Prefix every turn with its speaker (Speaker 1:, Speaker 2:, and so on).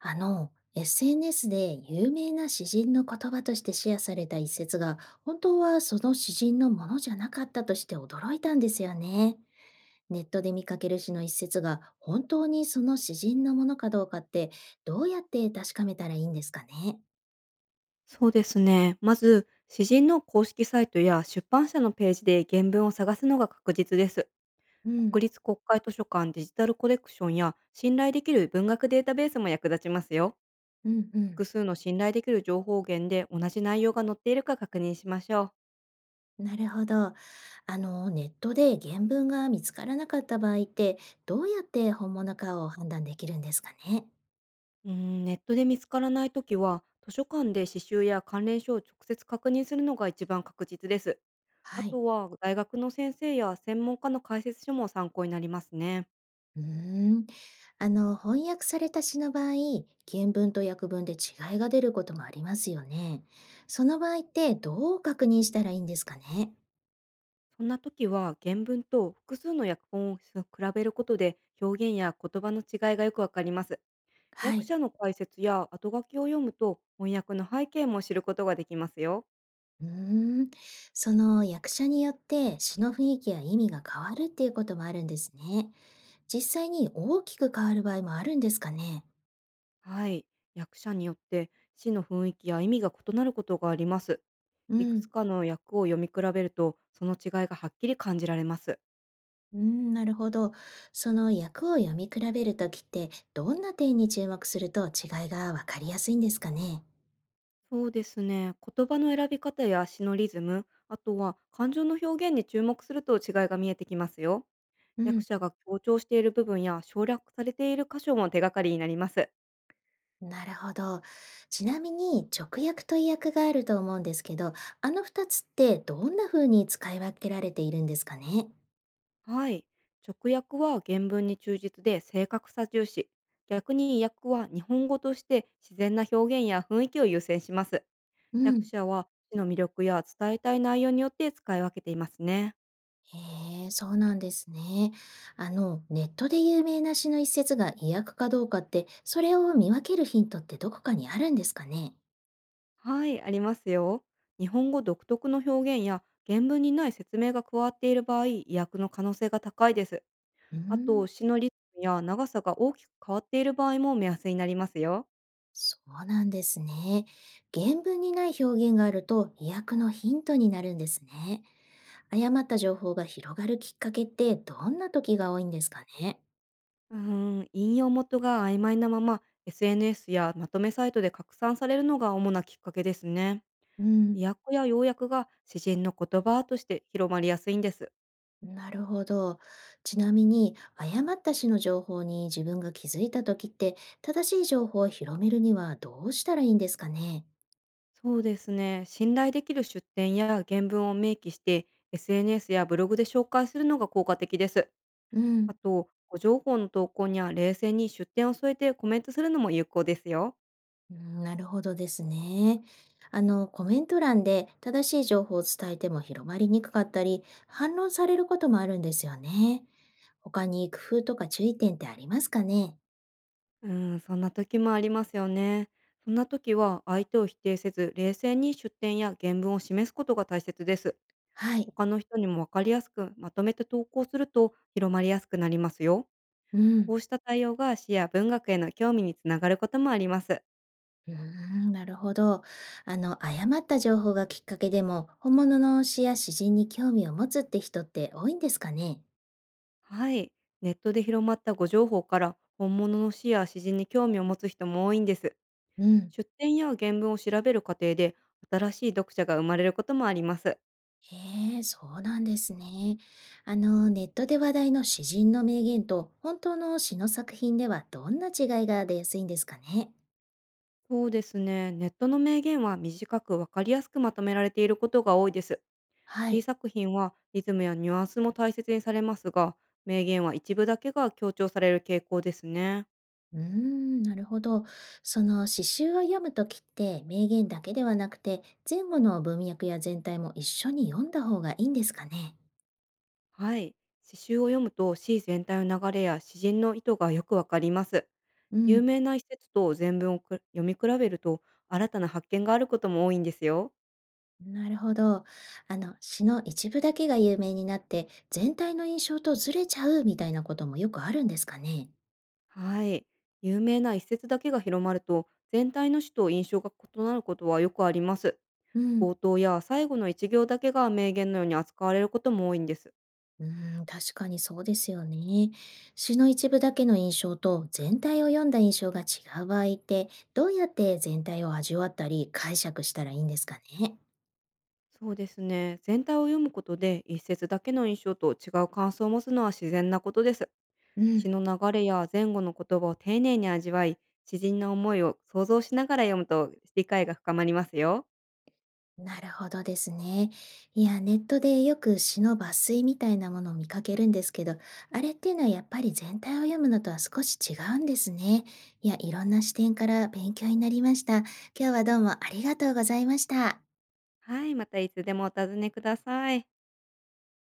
Speaker 1: SNS で有名な詩人の言葉としてシェアされた一節が、本当はその詩人のものじゃなかったとして驚いたんですよね。ネットで見かける詩の一節が本当にその詩人のものかどうかってどうやって確かめたらいいんですかね？
Speaker 2: そうですね。まず、詩人の公式サイトや出版社のページで原文を探すのが確実です。
Speaker 1: うん、
Speaker 2: 国立国会図書館デジタルコレクションや信頼できる文学データベースも役立ちますよ。
Speaker 1: うん、うん。
Speaker 2: 複数の信頼できる情報源で同じ内容が載っているか確認しましょう。
Speaker 1: なるほど。ネットで原文が見つからなかった場合ってどうやって本物かを判断できるんですかね？
Speaker 2: うーん、ネットで見つからないときは、図書館で詩集や関連書を直接確認するのが一番確実です。あ
Speaker 1: はい。
Speaker 2: とは、大学の先生や専門家の解説書も参考になりますね。
Speaker 1: うーん。翻訳された詩の場合、原文と訳文で違いが出ることもありますよね。その場合ってどう確認したらいいんですかね？
Speaker 2: そんな時は原文と複数の訳本を比べることで、表現や言葉の違いがよくわかります。
Speaker 1: は
Speaker 2: 役
Speaker 1: い。
Speaker 2: 者の解説や後書きを読むと、翻訳の背景も知ることができますよ。
Speaker 1: うーん。その役者によって詩の雰囲気や意味が変わるっていうこともあるんですね。実際に大きく変わる場合もあるんですかね？
Speaker 2: はい。役者によって詩の雰囲気や意味が異なることがあります。
Speaker 1: う
Speaker 2: いくつ
Speaker 1: ん。
Speaker 2: かの訳を読み比べると、その違いがはっきり感じられます。
Speaker 1: うーん、なるほど。その訳を読み比べるときって、どんな点に注目すると違いがわかりやすいんですかね？
Speaker 2: そうですね。言葉の選び方や詩のリズム、あとは感情の表現に注目すると、違いが見えてきますよ。
Speaker 1: う
Speaker 2: 役
Speaker 1: ん。
Speaker 2: 者が強調している部分や省略されている箇所も手がかりになります。
Speaker 1: なるほど。ちなみに直訳と意訳があると思うんですけど、あの二つってどんな風に使い分けられているんですかね？
Speaker 2: はい。直訳は原文に忠実で正確さ重視。逆に訳は日本語として自然な表現や雰囲気を優先します。
Speaker 1: う
Speaker 2: 役
Speaker 1: ん、
Speaker 2: 者は詩の魅力や伝えたい内容によって使い分けていますね。
Speaker 1: へえ、そうなんですね。ネットで有名な詩の一節が意訳かどうかって、それを見分けるヒントってどこかにあるんですかね？
Speaker 2: はい、ありますよ。日本語独特の表現や原文にない説明が加わっている場合、意訳の可能性が高いです。
Speaker 1: うー
Speaker 2: あ
Speaker 1: ん、
Speaker 2: と、詩のリズムや長さが大きく変わっている場合も目安になりますよ。
Speaker 1: そうなんですね。原文にない表現があると意訳のヒントになるんですね。誤った情報が広がるきっかけってどんな時が多いんですかね？
Speaker 2: うーん、引用元が曖昧なまま、SNS やまとめサイトで拡散されるのが主なきっかけですね。
Speaker 1: うん、
Speaker 2: 意訳や要約が詩人の言葉として広まりやすいんです。
Speaker 1: なるほど。ちなみに、誤った種の情報に自分が気づいたときって、正しい情報を広めるにはどうしたらいいんですかね。
Speaker 2: そうですね。信頼できる出典や原文を明記して、SNS やブログで紹介するのが効果的です。
Speaker 1: うん、
Speaker 2: あと、ご情報の投稿には冷静に出典を添えてコメントするのも有効ですよ。
Speaker 1: うん、なるほどですね。コメント欄で正しい情報を伝えても広まりにくかったり、反論されることもあるんですよね。他に工夫とか注意点ってありますかね。
Speaker 2: うーん、そんな時もありますよね。そんな時は相手を否定せず、冷静に出典や原文を示すことが大切です。
Speaker 1: はい。
Speaker 2: 他の人にもわかりやすくまとめて投稿すると、広まりやすくなりますよ。
Speaker 1: う
Speaker 2: こ
Speaker 1: ん。
Speaker 2: うした対応が詩や文学への興味につながることもあります。
Speaker 1: うーん、なるほど。誤った情報がきっかけでも、本物の推しや詩人に興味を持つって人って多いんですかね？
Speaker 2: はい。ネットで広まったご情報から、本物の詩や詩人に興味を持つ人も多いんです。
Speaker 1: うん、
Speaker 2: 出典や原文を調べる過程で、新しい読者が生まれることもあります。
Speaker 1: へえ、そうなんですね。ネットで話題の詩人の名言と、本当の詩の作品ではどんな違いが出やすいんですかね？
Speaker 2: そうですね。ネットの名言は短く分かりやすくまとめられていることが多いです。
Speaker 1: は
Speaker 2: C
Speaker 1: い。
Speaker 2: 作品はリズムやニュアンスも大切にされますが、名言は一部だけが強調される傾向ですね。
Speaker 1: うーん、なるほど。その詩集を読むときって、名言だけではなくて、前後の文脈や全体も一緒に読んだ方がいいんですかね？
Speaker 2: はい。詩集を読むと C 全体の流れや詩人の意図がよくわかります。
Speaker 1: うん、
Speaker 2: 有名な一節と全文をく読み比べると、新たな発見があることも多いんですよ。
Speaker 1: なるほど。詩の一部だけが有名になって、全体の印象とずれちゃうみたいなこともよくあるんですかね。
Speaker 2: はい。有名な一節だけが広まると、全体の詩と印象が異なることはよくあります。
Speaker 1: うん。
Speaker 2: 冒頭や最後の一行だけが名言のように扱われることも多いんです。
Speaker 1: うん、確かにそうですよね。詩の一部だけの印象と全体を読んだ印象が違う場合って、どうやって全体を味わったり解釈したらいいんですかね。
Speaker 2: そうですね。全体を読むことで一節だけの印象と違う感想を持つのは自然なことです。
Speaker 1: う
Speaker 2: 詩
Speaker 1: ん。
Speaker 2: の流れや前後の言葉を丁寧に味わい、詩人の思いを想像しながら読むと、理解が深まりますよ。
Speaker 1: なるほどですね。いや、ネットでよく詩の抜粋みたいなものを見かけるんですけど、あれっていうのはやっぱり全体を読むのとは少し違うんですね。いや、いろんな視点から勉強になりました。今日はどうもありがとうございました。
Speaker 2: はい、またいつでもお尋ねください。